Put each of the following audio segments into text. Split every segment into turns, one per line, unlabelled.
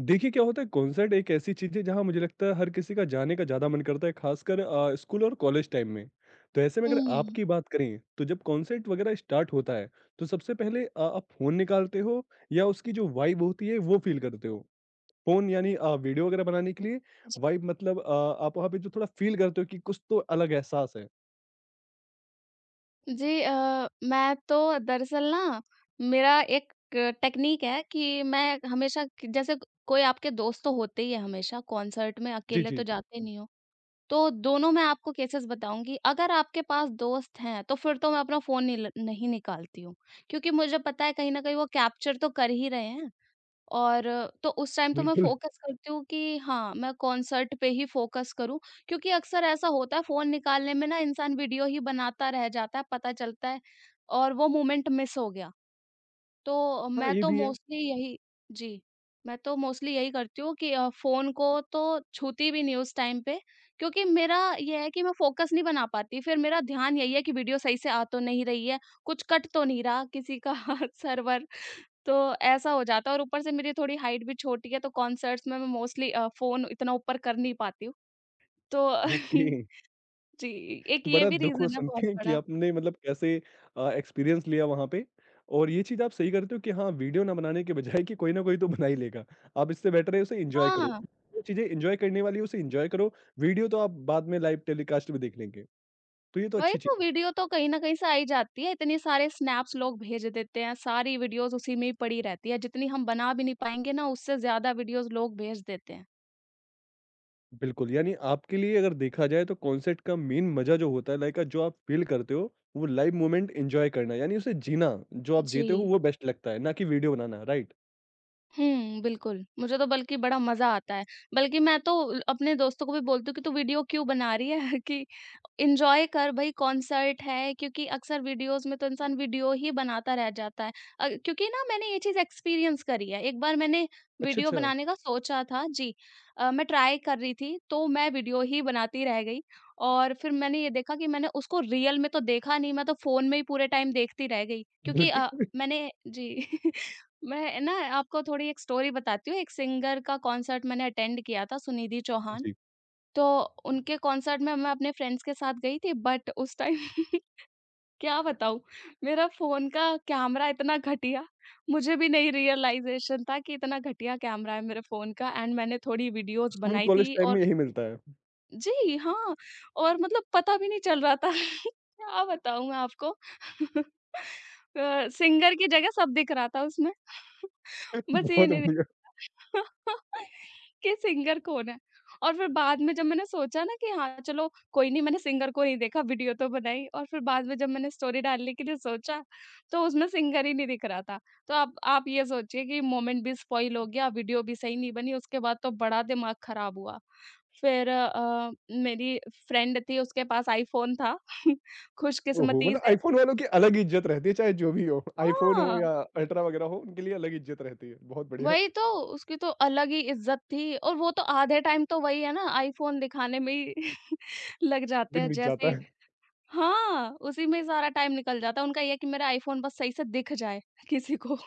देखिए, क्या होता है कॉन्सर्ट एक ऐसी चीज़ है जहाँ मुझे लगता है हर किसी का जाने का ज़्यादा मन करता है ख़ासकर स्कूल और कॉलेज टाइम में। तो ऐसे में अगर
हुँ।
आपकी बात करें तो जब कॉन्सर्ट वग़ैरह स्टार्ट होता है तो सबसे पहले आप फ़ोन निकालते हो या उसकी जो वाइब होती है वो फ़ील करते हो? फ़ोन यानी वीडियो वग़ैरह बनाने के लिए,
जी।
वाइब मतलब आप वहाँ पे जो थोड़ा फ़ील करते हो कि कुछ तो अलग एहसास है?
जी, मैं तो दरअसल ना मेरा एक टेक्नीक है कि मैं हमेशा कि जैसे कोई आपके दोस्त तो होते ही है हमेशा कॉन्सर्ट में,
जी,
अकेले तो
जी।
जाते नहीं हो। तो दोनों मैं आपको केसेस बताऊँगी। अगर आपके पास दोस्त हैं, तो फिर तो मैं अपना फ़ोन नहीं निकालती हूँ। क्योंकि मुझे पता है कहीं न कहीं वो कैप्चर तो कर ही रहे हैं। और तो उस टाइम तो मैं
बिल्कुल।
फ़ोकस करती हूँ कि हाँ, मैं कॉन्सर्ट पे ही फ़ोकस करूँ क्योंकि अक्सर ऐसा होता है फ़ोन निकालने में ना इंसान वीडियो ही बनाता रह जाता है, पता चलता है और वो मोमेंट मिस हो गया। तो
हाँ,
मैं
ये
तो
भी है।
मोस्टली यही जी, मैं तो मोस्टली यही करती हूँ कि फ़ोन को तो छूती भी नहीं उस टाइम पे क्योंकि मेरा ये है कि मैं फ़ोकस नहीं बना पाती, फिर मेरा ध्यान यही है कि वीडियो सही से आ तो नहीं रही है, कुछ कट तो नहीं रहा किसी का सर्वर। तो ऐसा हो जाता है और ऊपर से मेरी थोड़ी हाइट भी छोटी है तो कॉन्सर्ट्स में मैं मोस्टली फ़ोन इतना ऊपर कर नहीं पाती हूँ। तो
ओके।
जी, एक ये
बड़ा
भी
दुःख हुआ
रीज़न है
सुन
बहुत
के कि
बड़ा।
आपने मतलब कैसे एक्सपीरियंस लिया वहाँ पे और ये चीज़ आप सही करते हो कि हाँ, वीडियो ना बनाने के बजाय कि कोई ना कोई तो बना ही लेगा। आप इससे बेटर है उसे एन्जॉय करो।
हाँ,
जो चीज़ें एन्जॉय करने वाली है उसे एन्जॉय करो, वीडियो तो आप बाद में लाइव टेलीकास्ट भी देख लेंगे। तो ये तो
वही
अच्छी चीज़
तो। वीडियो तो कहीं न कहीं से आ ही जाती है, इतने सारे स्नैप्स लोग भेज देते हैं, सारी वीडियोज़ उसी में ही पड़ी रहती है, जितनी हम बना भी नहीं पाएँगे ना उससे ज़्यादा वीडियोज़ लोग भेज देते हैं।
बिल्कुल, यानी आपके लिए अगर देखा जाए तो कॉन्सर्ट का मेन मज़ा जो होता है लाइक जो आप फ़ील करते हो, वो लाइव मोमेंट एन्जॉय करना यानी उसे जीना, जो आप
जी।
जीते हो वो बेस्ट लगता है, ना कि वीडियो बनाना, राइट?
हुँ, बिल्कुल। मुझे तो बल्कि बड़ा मज़ा आता है। बल्कि मैं तो अपने दोस्तों को भी बोलती हूँ कि तू वीडियो क्यों बना रही है कि एन्जॉय कर भई कॉन्सर्ट है, क्योंकि अक्सर वीडियोज़ में तो इंसान वीडियो ही बनाता रह जाता है। क्योंकि ना मैंने ये चीज़ एक्सपीरियंस करी है। एक बार मैंने
अच्छा,
वीडियो
अच्छा।
बनाने का सोचा था जी। मैं ट्राई कर रही थी तो मैं वीडियो ही बनाती रह गई और फिर मैंने ये देखा कि मैंने उसको रियल में तो देखा नहीं, मैं तो फ़ोन में ही पूरे टाइम देखती रह गई क्योंकि
बिल्कुल,
मैंने जी। मैं ना आपको थोड़ी एक स्टोरी बताती हूँ। एक सिंगर का कॉन्सर्ट मैंने अटेंड किया था, सुनिधि चौहान।
जी।
तो उनके कॉन्सर्ट में मैं अपने फ्रेंड्स के साथ गई थी बट उस टाइम क्या बताऊँ, मेरा फ़ोन का कैमरा इतना घटिया, मुझे भी नहीं रियलाइज़ेशन था कि इतना घटिया कैमरा है मेरे फ़ोन का। एंड मैंने थोड़ी वीडियोज़
स्कूल,
बनाई
कॉलेज
थी
टाइम
और
में यही मिलता है।
जी, हाँ, और मतलब पता भी नहीं चल रहा था। क्या बताऊँ मैं आपको? सिंगर की जगह सब दिख रहा था उसमें। बस ये
बहुत
नहीं दिख
बढ़िया।
रहा था कि सिंगर कौन है? और फिर बाद में जब मैंने सोचा ना कि हाँ, चलो कोई नहीं, मैंने सिंगर को नहीं देखा, वीडियो तो बनाई और फिर बाद में जब मैंने स्टोरी डालने के लिए सोचा, तो उसमें सिंगर ही नहीं दिख रहा था। तो आप ये सोचिए कि मोमेंट भी स्पॉइल हो गया, वीडियो भी सही नहीं बनी, उसके बाद तो बड़ा दिमाग खराब हुआ। फिर मेरी फ्रेंड थी उसके पास आईफ़ोन था
ओहो!
खुशकिस्मती
मतलब
से।
आईफ़ोन वालों की अलग ही इज़्ज़त रहती है, चाहे जो भी हो। आईफ़ोन हो
हाँ,
या अल्ट्रा वगैरह हो, उनके लिए अलग इज़्ज़त रहती है। बहुत बढ़िया,
वही तो। उसकी तो अलग ही इज़्ज़त थी और वो तो आधे टाइम तो वही है ना, आईफ़ोन दिखाने में ही लग जाते
दिन
हैं
बीत
जैसे
जाता
ही।
है।
हाँ, उसी में ही सारा टाइम निकल जाता है। उनका ये है कि मेरा आईफ़ोन बस सही से दिख जाए किसी को।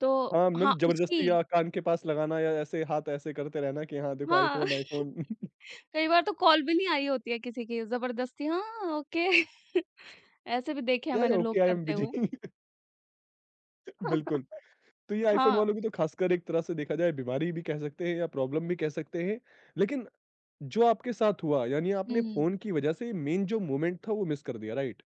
तो
हाँ,
हाँ,
मतलब
उसकी।
ज़बरदस्ती या कान के पास लगाना या ऐसे हाथ ऐसे करते रहना कि हाँ, देखो
हाँ,
आईफ़ोन, आईफ़ोन।
कई बार तो कॉल भी नहीं आई होती है किसी की, ज़बरदस्ती हाँ, ओके ऐसे भी देखे हैं
या
मैंने लोग
ओके, आई एम
करते
बिज़ी।
हुए।
बिल्कुल, तो ये आईफ़ोन
हाँ,
वालों की तो ख़ासकर एक तरह से देखा जाए बीमारी भी कह सकते हैं या प्रॉब्लम भी कह सकते हैं। लेकिन जो आपके साथ हुआ, यानी आपने
हुँ।
फ़ोन की वजह से मेन जो मोमेंट था, वो मिस कर दिया, राइट?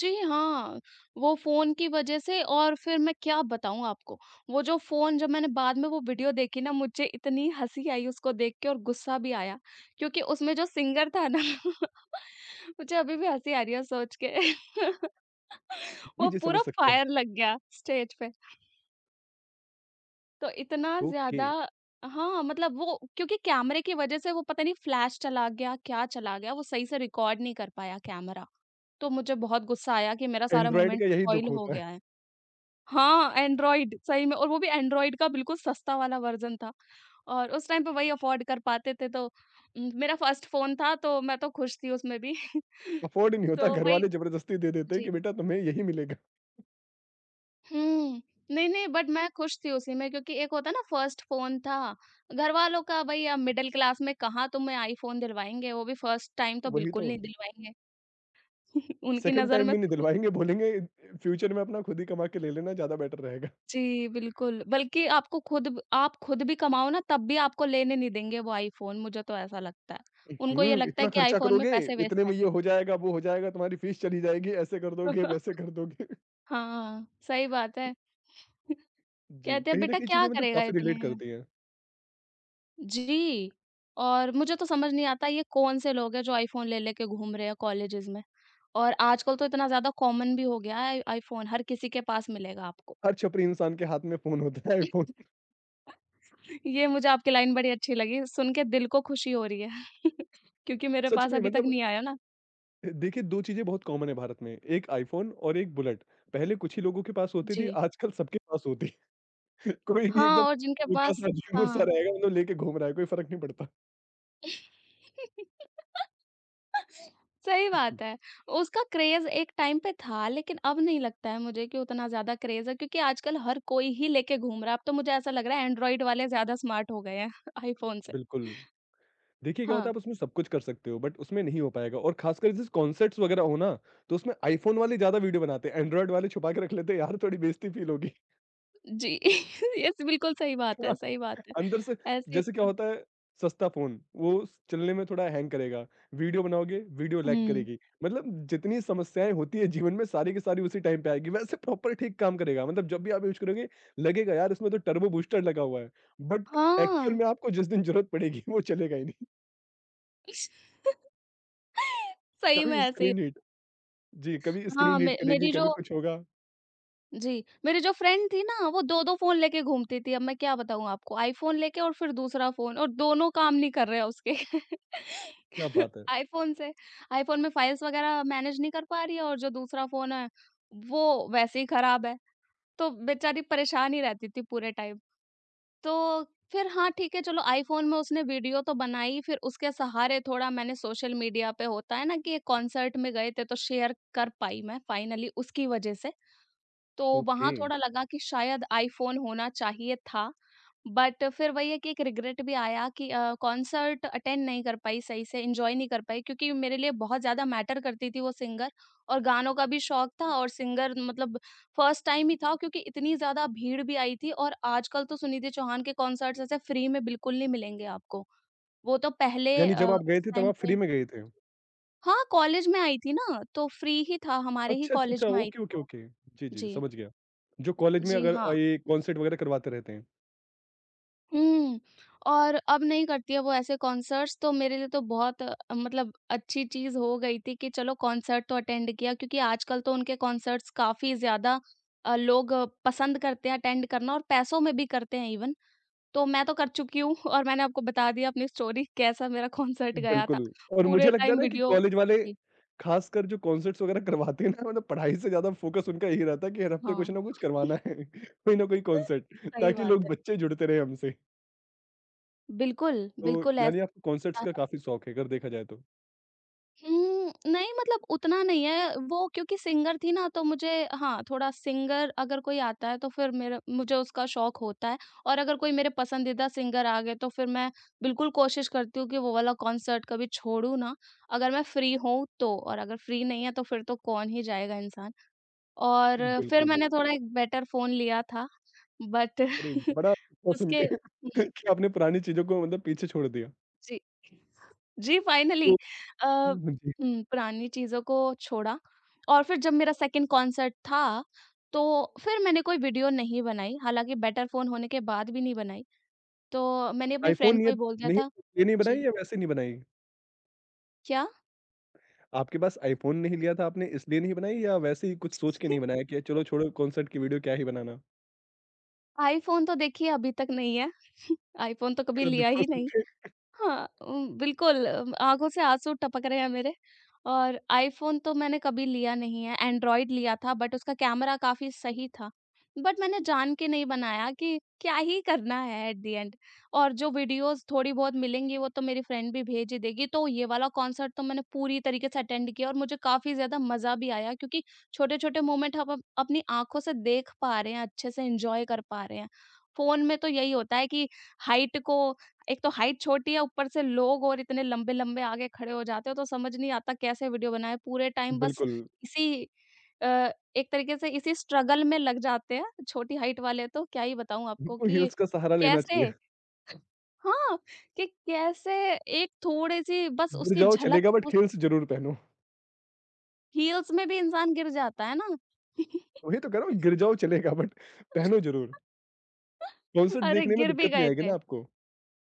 जी हाँ, वो फ़ोन की वज़ह से। और फिर मैं क्या बताऊँ आपको, वो जो फ़ोन, जब मैंने बाद में वो वीडियो देखी ना मुझे इतनी हँसी आई उसको देख के और गुस्सा भी आया, क्योंकि उसमें जो सिंगर था ना मुझे अभी भी हँसी आ रही है सोच के। वो
जी, जी, समझ
पूरा
सकता हूँ।
फायर लग गया स्टेज पे, तो इतना
ओके,
ज़्यादा। हाँ, मतलब वो क्योंकि कैमरे की वज़ह से वो पता नहीं फ्लैश चला गया, क्या चला गया, वो सही से रिकॉर्ड नहीं कर पाया कैमरा, तो मुझे बहुत गुस्सा आया कि मेरा सारा
एंड्रॉयड
मोमेंट
का यही
स्पॉइल
दुःख
हो
होता है।
गया है। हाँ, एंड्रॉइड सही में, और वो भी एंड्रॉइड का बिल्कुल सस्ता वाला वर्ज़न था और उस टाइम पे वही अफ़ोर्ड कर पाते थे, तो मेरा फर्स्ट फ़ोन था तो मैं तो खुश थी उसमें भी।
अफ़ोर्ड ही नहीं होता,
तो वही।
घरवाले ज़बरदस्ती दे देते हैं
जी।
कि बेटा तुम्हें यही मिलेगा।
हुँ। नहीं, नहीं बट मैं खुश थी उसी में क्योंकि एक होता है ना, फर्स्ट फ़ोन था, घरवालों का भई अब मिडल क्लास में कहाँ तुम्हें आईफ़ोन दिलवाएँगे, वो भी फर्स्ट टाइम तो
वही
बिल्कुल
तो,
नहीं दिलवाएँगे। उनकी
सेकंड
नज़र
टाइम
में
भी नहीं दिलवाएँगे, बोलेंगे फ्यूचर में अपना खुद ही कमा के ले लेना ज़्यादा बेटर रहेगा।
जी, बिल्कुल। बल्कि आपको खुद ब आप खुद भी कमाओ ना तब भी आपको लेने नहीं देंगे वो आईफ़ोन, मुझे तो ऐसा लगता है।
उ,
उनको ये
हुँ,
लगता है
इतना
कि
खर्चा
आईफ़ोन में
करोगे,
पैसे
इतने
वेस्ट
में
हैं।
ये हो जाएगा, वो हो जाएगा, तुम्हारी फीस चली जाएगी, ऐसे कर दोगे, वैसे कर दोगे।
हाँ, सही बात है।
जी,
कहते हैं
कहीं न
बेटा
कहीं
क्या
चीज़ें मतलब
करेगा
काफ़ी
इतने
रिलेट
में?
करती हैं।
जी, और मुझे तो समझ नहीं आता ये कौन से लोग हैं जो आईफ़ोन ले लेके घूम रहे हैं कॉलेजेज़ में। और आजकल तो इतना ज़्यादा कॉमन भी हो गया है, आईफ़ोन हर किसी के पास मिलेगा आपको।
हर छपरी इंसान के हाथ में फ़ोन होता है आईफ़ोन।
ये मुझे आपकी लाइन बड़ी अच्छी लगी, सुन के दिल को खुशी हो रही है। क्योंकि मेरे
सच
पास
में
अभी तक
मतलब
नहीं आया ना।
देखिए 2 चीज़ें बहुत कॉमन है भारत में, एक आईफ़ोन और एक बुलेट। पहले कुछ ही लोगों के पास होती
जी।
थी, आजकल सबके पास होती कोई भी
हाँ,
एकदम
और जिनके पास।
भूखा-सा, झिंगुर-सा
हाँ।
रहेगा, मतलब लेके घूम रहा है, कोई फ़र्क नहीं पड़ता।
सही
जी,
बात है। उसका क्रेज़ एक टाइम पे था, लेकिन अब नहीं लगता है मुझे कि उतना ज़्यादा क्रेज़ है क्योंकि आजकल हर कोई ही लेके घूम रहा है। अब तो मुझे ऐसा लग रहा है एंड्रॉइड वाले ज़्यादा स्मार्ट हो गए हैं आईफ़ोन से।
बिल्कुल। देखिए क्या होता
हाँ,
है आप उसमें सब कुछ कर सकते हो, बट उसमें नहीं हो पाएगा और ख़ासकर जैसे कॉन्सर्ट्स वग़ैरह हो ना, तो उसमें आईफ़ोन वाले ज़्यादा वीडियो बनाते हैं, एंड्रॉयड वाले छुपा के रख लेते हैं, यार थोड़ी बेइज़्ज़ती फ़ील होगी।
जी। ये स बिल्कुल सही बात है,
थोड़ा
सही बात है।
अंदर से
ऐसे
जैसे क्या
हुँ,
होता है सस्ता फ़ोन, वो स चलने में थोड़ा हैंग करेगा, वीडियो बनाओगे, वीडियो लैग
हुँ।
करेगी। मतलब जितनी समस्याएँ होती हैं जीवन में सारी की सारी उसी टाइम पे आएगी। वैसे प्रॉपर ठीक काम करेगा, मतलब जब भी आप यूज़ करोगे लगेगा यार इसमें तो टर्बो बूस्टर लगा हुआ है, बट एक्चुअल
हाँ।
में आपको जिस दिन ज़रूरत पड़ेगी वो चलेगा ही नहीं।
सही में
कभी
ऐसे ही।
स्क्रीन हीट जी, कभी
हाँ,
स्क्रीन हीट
मे
करेगी,
मेरी जो
कभी कुछ होगा।
जी, मेरी जो फ्रेंड थी ना वो 2-2 फ़ोन लेके घूमती थी, अब मैं क्या बताऊँ आपको? आईफ़ोन लेके और फिर दूसरा फ़ोन और दोनों काम नहीं कर रहे हैं उसके।
क्या बात है!
आईफ़ोन से आईफ़ोन में फ़ाइल्स वग़ैरह मैनेज नहीं कर पा रही है और जो दूसरा फ़ोन है, वो वैसे ही ख़राब है, तो बेचारी परेशान ही रहती थी पूरे टाइम। तो फिर हाँ, ठीक है, चलो आईफ़ोन में उसने वीडियो तो बनाई, फिर उसके सहारे थोड़ा मैंने सोशल मीडिया पे होता है ना कि एक कॉन्सर्ट में गए थे, तो शेयर कर पाई मैं फ़ाइनली उसकी वज़ह से। तो
ओके,
वहाँ थोड़ा लगा कि शायद आईफ़ोन होना चाहिए था। बट फिर वही है कि एक रिग्रेट भी आया कि कॉन्सर्ट अटेंड नहीं कर पाई सही से, एन्जॉय नहीं कर पाई क्योंकि मेरे लिए बहुत ज़्यादा मैटर करती थी वो सिंगर और गानों का भी शौक था और सिंगर मतलब फर्स्ट टाइम ही था क्योंकि इतनी ज़्यादा भीड़ भी आई थी और आजकल तो सुनिधि चौहान के कॉन्सर्ट्स ऐसे फ्री में बिल्कुल नहीं मिलेंगे आपको। वो तो पहले
यानी जब आप
उस
गए थे तब
टाइम
आप
पे।
फ्री में गए थे?
हाँ, कॉलेज में आई थी ना, तो फ्री ही था, हमारे ही
अच्छा, अच्छा,
कॉलेज
अच्छा।
में आई
ओके,
थी
ओके,
वो।
ओके। जी, जी,
जी।
समझ गया। जो कॉलेज में
जी,
अगर
हाँ।
ये कॉन्सर्ट वगैरह करवाते रहते हैं।
हुँ, और अब नहीं करती है वो ऐसे कॉन्सर्ट्स, तो मेरे लिए तो बहुत मतलब अच्छी चीज़ हो गई थी कि चलो कॉन्सर्ट तो अटेंड किया क्योंकि आजकल तो उनके कॉन्सर्ट्स काफ़ी ज़्यादा लोग पसंद करते हैं अटेंड करना और पैसों में भी करते हैं इवन। तो मैं तो कर चुकी हूँ और मैंने आपको बता दिया अपनी स्टोरी कैसा मेरा कॉन्सर्ट गया था।
बिल्कुल और
पूरे
मुझे लगता है
टाइम
ना कि
वीडियो
कॉलेज वाले
जी,
खासकर जो कॉन्सर्ट्स वगैरह करवाते हैं ना मतलब पढ़ाई से ज़्यादा फ़ोकस उनका यही रहता है कि हर हफ्ते कुछ
हाँ।
ना कुछ करवाना है, कोई ना कोई कॉन्सर्ट
सही
ताकि
बात
लोग
है।
बच्चे जुड़ते रहें हमसे।
बिल्कुल,
तो
बिल्कुल
यानी
ऐसा।
आपको कॉन्सर्ट्स का काफ़ी शौक है अगर देखा जाए तो?
हुँ, नहीं मतलब उतना नहीं है, वो क्योंकि सिंगर थी ना तो मुझे। हाँ, थोड़ा सिंगर अगर कोई आता है तो फिर मेरा मुझे उसका शौक होता है और अगर कोई मेरे पसंदीदा सिंगर आ गए तो फिर मैं बिल्कुल कोशिश करती हूँ कि वो वाला कॉन्सर्ट कभी छोड़ूँ ना, अगर मैं फ्री हूँ तो, और अगर फ्री नहीं है तो फिर तो कौन ही जाएगा इंसान। और फिर
बिल्कुल।
मैंने थोड़ा एक बेटर फ़ोन लिया था, बट
अरे! बड़ा अच्छा सुन
उसके
के
हुँ,
कि आपने पुरानी चीज़ों को मतलब पीछे छोड़ दिया।
जी। जी, फाइनली
तो जी,
हुँ, पुरानी चीज़ों को छोड़ा और फिर जब मेरा सेकंड कॉन्सर्ट था, तो फिर मैंने कोई वीडियो नहीं बनाई, हालाँकि बेटर फ़ोन होने के बाद भी नहीं बनाई। तो मैंने अपने फ्रेंड
आईफ़ोन
को ही बोल दिया
नहीं
था
ये नहीं
जी,
बनाई या वैसे नहीं बनाई?
क्या?
आपके पास आईफ़ोन नहीं लिया था आपने इसलिए नहीं बनाई या वैसे ही कुछ सोच के नहीं बनाया कि चलो छोड़ो कॉन्सर्ट की वीडियो क्या ही बनाना?
आईफ़ोन तो देखिए अभी तक नहीं है। आईफ़ोन तो कभी
बड़ा
लिया
दुख हुआ
ही
सुन
नहीं।
के
हाँ, बिल्कुल आँखों से आँसू टपक रहे हैं मेरे। और आईफ़ोन तो मैंने कभी लिया नहीं है, एंड्रॉयड लिया था बट उसका कैमरा काफ़ी सही था। बट मैंने जान के नहीं बनाया कि क्या ही करना है एट द एंड। और जो वीडियोज़ थोड़ी बहुत मिलेंगी वो तो मेरी फ्रेंड भी भेज ही देगी। तो ये वाला कॉन्सर्ट तो मैंने पूरी तरीके से अटेंड किया और मुझे काफ़ी ज़्यादा मज़ा भी आया क्योंकि छोटे-छोटे मोमेंट हम अप अपनी आँखों से देख पा रहे हैं, अच्छे से एन्जॉय कर पा रहे हैं। फ़ोन में तो यही होता है कि हाइट को एक तो हाइट छोटी है, ऊपर से लोग और इतने लंबे-लंबे आगे खड़े हो जाते हो, तो समझ नहीं आता कैसे वीडियो बनाएँ। पूरे टाइम बस
बिल्कुल,
इसी अ, एक तरीके से इसी स्ट्रगल में लग जाते हैं, छोटी हाइट वाले तो क्या ही बताऊँ आपको
बिल्कुल
कि
हील्स का सहारा लेना
कैसे
चाहिए।
हाँ, कैसे एक थोड़ी-सी बस
गिर
उसकी
जाओ
झलक
चलेगा बट
उस
हील्स ज़रूर पहनो।
हील्स में भी इंसान गिर जाता है ना।
वही तो कह रहा हूँ गिर जाओ चलेगा बट पहनो ज़रूर। कॉन्सर्ट
अरे!
देखने में
गिर भी
दिक्कत नहीं
गए
आएगी
थे।
ना आपको।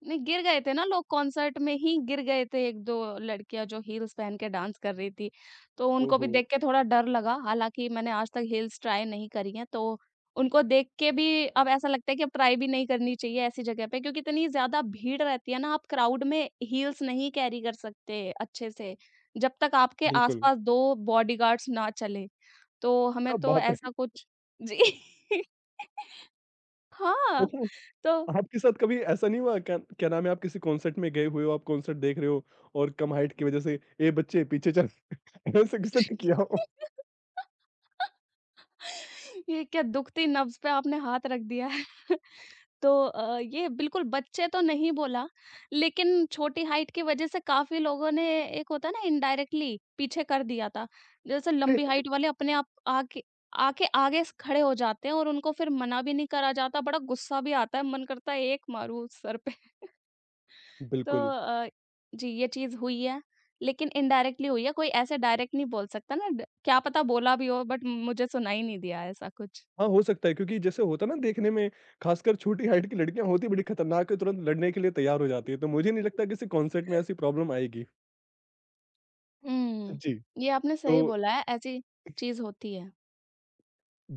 नहीं, गिर गए थे ना लोग कॉन्सर्ट में ही गिर गए थे। 1-2 लड़कियाँ जो हील्स पहन के डांस कर रही थी। तो उनको भी
ओहो!
देख के थोड़ा डर लगा, हालाँकि मैंने आज तक हील्स ट्राई नहीं करी हैं, तो उनको देख के भी अब ऐसा लगता है कि अब ट्राई भी नहीं करनी चाहिए ऐसी जगह पे क्योंकि इतनी ज़्यादा भीड़ रहती है ना, आप क्राउड में हील्स नहीं कैरी कर सकते अच्छे से, जब तक आपके
बिल्कुल,
आस-पास 2 बॉडीगार्ड्स ना चलें। तो हमें
क्या
तो
बात है।
ऐसा कुछ। जी। हाँ,
देखिए
तो
आपके साथ कभी ऐसा नहीं हुआ क्या क्या नाम है आप किसी कॉन्सर्ट में गए हुए हो, आप कॉन्सर्ट देख रहे हो और कम हाइट की वज़ह से, "ए बच्चे पीछे चल" ऐसा किसी ने किया हो?
ये क्या दुखती नब्ज़ पे आपने हाथ रख दिया है। तो ये बिल्कुल बच्चे तो नहीं बोला, लेकिन छोटी हाइट की वज़ह से काफ़ी लोगों ने, एक होता है ना, इनडायरेक्टली पीछे कर दिया था। जैसे लंबी हाइट वाले अपने आप आके आके आगे स खड़े हो जाते हैं और उनको फिर मना भी नहीं करा जाता, बड़ा गुस्सा भी आता है, मन करता है एक मारूँ सर पे। तो
बिल्कुल।
जी, ये चीज़ हुई है, लेकिन इनडायरेक्टली हुई है, कोई ऐसे डायरेक्ट नहीं बोल सकता ना ड क्या पता बोला भी हो बट मुझे सुनाई नहीं दिया ऐसा कुछ।
हाँ, हो सकता है क्योंकि जैसे होता है ना देखने में खासकर छोटी हाइट की लड़कियाँ होती बड़ी खतरनाक है, तुरंत लड़ने के लिए तैयार हो जाती है, तो मुझे नहीं लगता किसी कॉन्सर्ट में ऐसी प्रॉब्लम आएगी।
हुँ,
जी।
ये आपने
तो
सही बोला है, ऐसी चीज़ होती है।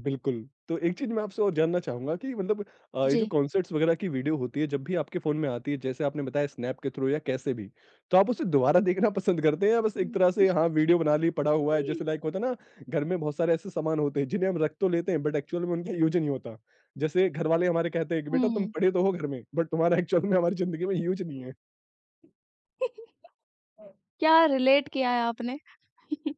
बिल्कुल, तो एक चीज़ मैं आपसे और जानना चाहूँगा कि मतलब ये जो
जी।
कॉन्सर्ट्स वगैरह की वीडियो होती है, जब भी आपके फ़ोन में आती है, जैसे आपने बताया स्नैप के थ्रू या कैसे भी, तो आप उसे दोबारा देखना पसंद करते हैं या बस एक तरह से हाँ, वीडियो बना ली, पड़ा हुआ है, जैसे लाइक होता है ना, घर में बहुत सारे ऐसे सामान होते हैं, जिन्हें हम रख तो लेते हैं बट एक्चुअल में उनका यूज़ ही नहीं होता। जैसे घरवाले हमारे कहते हैं कि बेटा तुम
हुँ।
पढ़े तो हो घर में, बट तुम्हारा एक्चुअल में हमारी ज़िंदगी में यूज़ नहीं है।
क्या रिलेट किया है आपने।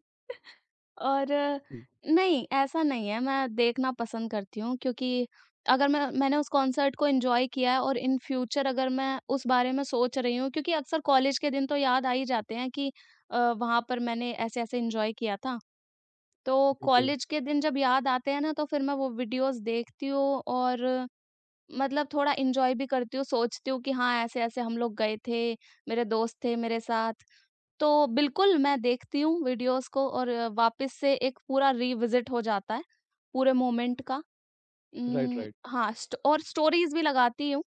और
जी,
नहीं, ऐसा नहीं है, मैं देखना पसंद करती हूँ क्योंकि अगर मैं मैंने उस कॉन्सर्ट को एन्जॉय किया है और इन फ्यूचर अगर मैं उस बारे में सोच रही हूँ क्योंकि अक्सर कॉलेज के दिन तो याद आ ही जाते हैं कि वहाँ पर मैंने ऐसे-ऐसे एन्जॉय किया था। तो
बिल्कुल,
कॉलेज के दिन जब याद आते हैं ना, तो फिर मैं वो वीडियोज़ देखती हूँ और मतलब थोड़ा एन्जॉय भी करती हूँ, सोचती हूँ कि हाँ, ऐसे-ऐसे हम लोग गए थे, मेरे दोस्त थे मेरे साथ। तो बिल्कुल, मैं देखती हूँ वीडियोज़ को और वापस से एक पूरा रिविज़िट हो जाता है, पूरे मोमेंट का।
राइट, राइट,
हाँ, स्टोरीज़ भी लगाती हूँ।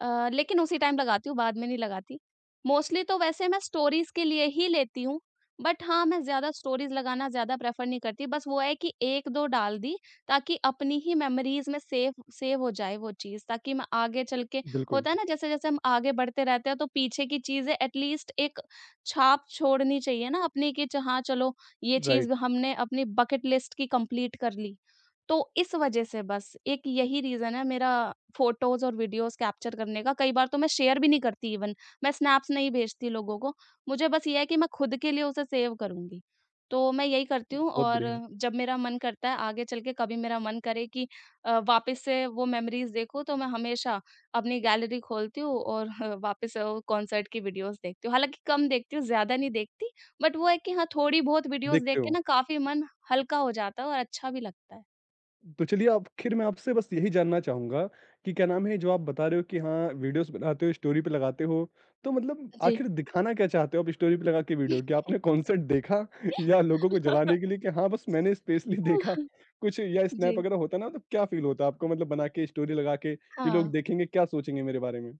लेकिन उसी टाइम लगाती हूँ, बाद में नहीं लगाती। मोस्टली तो वैसे मैं स्टोरीज़ के लिए ही लेती हूँ, बट हाँ, मैं ज़्यादा स्टोरीज़ लगाना ज़्यादा प्रेफ़र नहीं करती। बस वो है कि 1-2 डाल दी, ताकि अपनी ही मेमोरीज़ में सेव सेव हो जाए वो चीज़, ताकि मैं आगे चल के,
बिल्कुल,
होता है ना, जैसे-जैसे हम आगे बढ़ते रहते हैं, तो पीछे की चीज़ें एटलीस्ट एक छाप छोड़नी चाहिए ना अपनी कि च हाँ, चलो, ये चीज़
राइट,
हमने अपनी बकेट लिस्ट की कंप्लीट कर ली। तो इस वजह से बस एक यही रीज़न है मेरा फ़ोटोज़ और वीडियोज़ कैप्चर करने का, कई बार तो मैं शेयर भी नहीं करती इवन, मैं स्नैप्स नहीं भेजती लोगों को। मुझे बस ये है कि मैं खुद के लिए उसे सेव करूँगी। तो मैं यही करती हूँ
बहुत
और
बढ़िया,
जब मेरा मन करता है आगे चल के कभी मेरा मन करे कि वापस से वो मेमोरीज़ देखूँ तो मैं हमेशा अपनी गैलरी खोलती हूँ और वापस से वो कॉन्सर्ट की वीडियोज़ देखती हूँ। हालाँकि कम देखती हूँ, ज़्यादा नहीं देखती बट वो है कि हाँ, थोड़ी बहुत वीडियोज़ देख
देखते
के
हो।
ना काफ़ी मन हल्का हो जाता है और अच्छा भी लगता है।
तो चलिए आखिर मैं आपसे बस यही जानना चाहूँगा कि क्या नाम है जो आप बता रहे हो कि हाँ, वीडियोज़ बनाते हो, स्टोरी पे लगाते हो, तो मतलब
जी।
आखिर दिखाना क्या चाहते हो आप स्टोरी पे लगा के वीडियो? कि आपने कॉन्सर्ट देखा या लोगों को जलाने के लिए कि हाँ, बस मैंने स्पेशली देखा कुछ या स्नैप
जी,
वगैरह होता ना तो क्या फ़ील होता आपको मतलब बना के स्टोरी लगा के कि लोग
हाँ।
देखेंगे क्या सोचेंगे मेरे बारे में?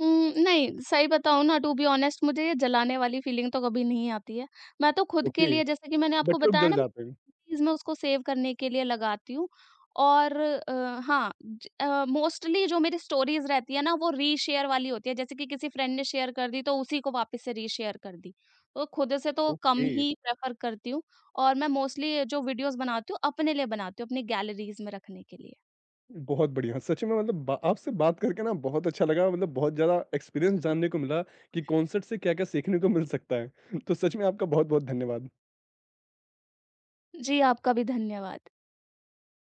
उम, नहीं, सही बताऊँ ना टू बी ऑनेस्ट मुझे ये जलाने वाली फीलिंग तो कभी नहीं आती है। मैं तो खुद के
ओके,
लिए, जैसे कि मैंने आपको
बट लोग
बताया
जल
ना,
जाते हैं।
मैं उसको सेव करने के लिए लगाती हूँ। और मोस्टली जो मेरी स्टोरीज़ रहती है ना वो रीशेयर वाली होती है। जैसे कि किसी फ्रेंड ने शेयर कर दी तो उसी को वापस से रीशेयर कर दी। तो खुद से तो कम
ओके।
ही प्रेफ़र करती हूँ। और मैं मोस्टली जो वीडियोज़ बनाती हूँ अपने लिए बनाती हूँ, अपनी गैलरीज़ में रखने के लिए।
बहुत बढ़िया, सच में मतलब बा आपसे बात करके ना बहुत अच्छा लगा मतलब बहुत ज़्यादा एक्सपीरियंस जानने को मिला कि कॉन्सर्ट से क्या-क्या सीखने को मिल सकता है। तो सच में आपका बहुत-बहुत धन्यवाद।
जी, आपका भी धन्यवाद।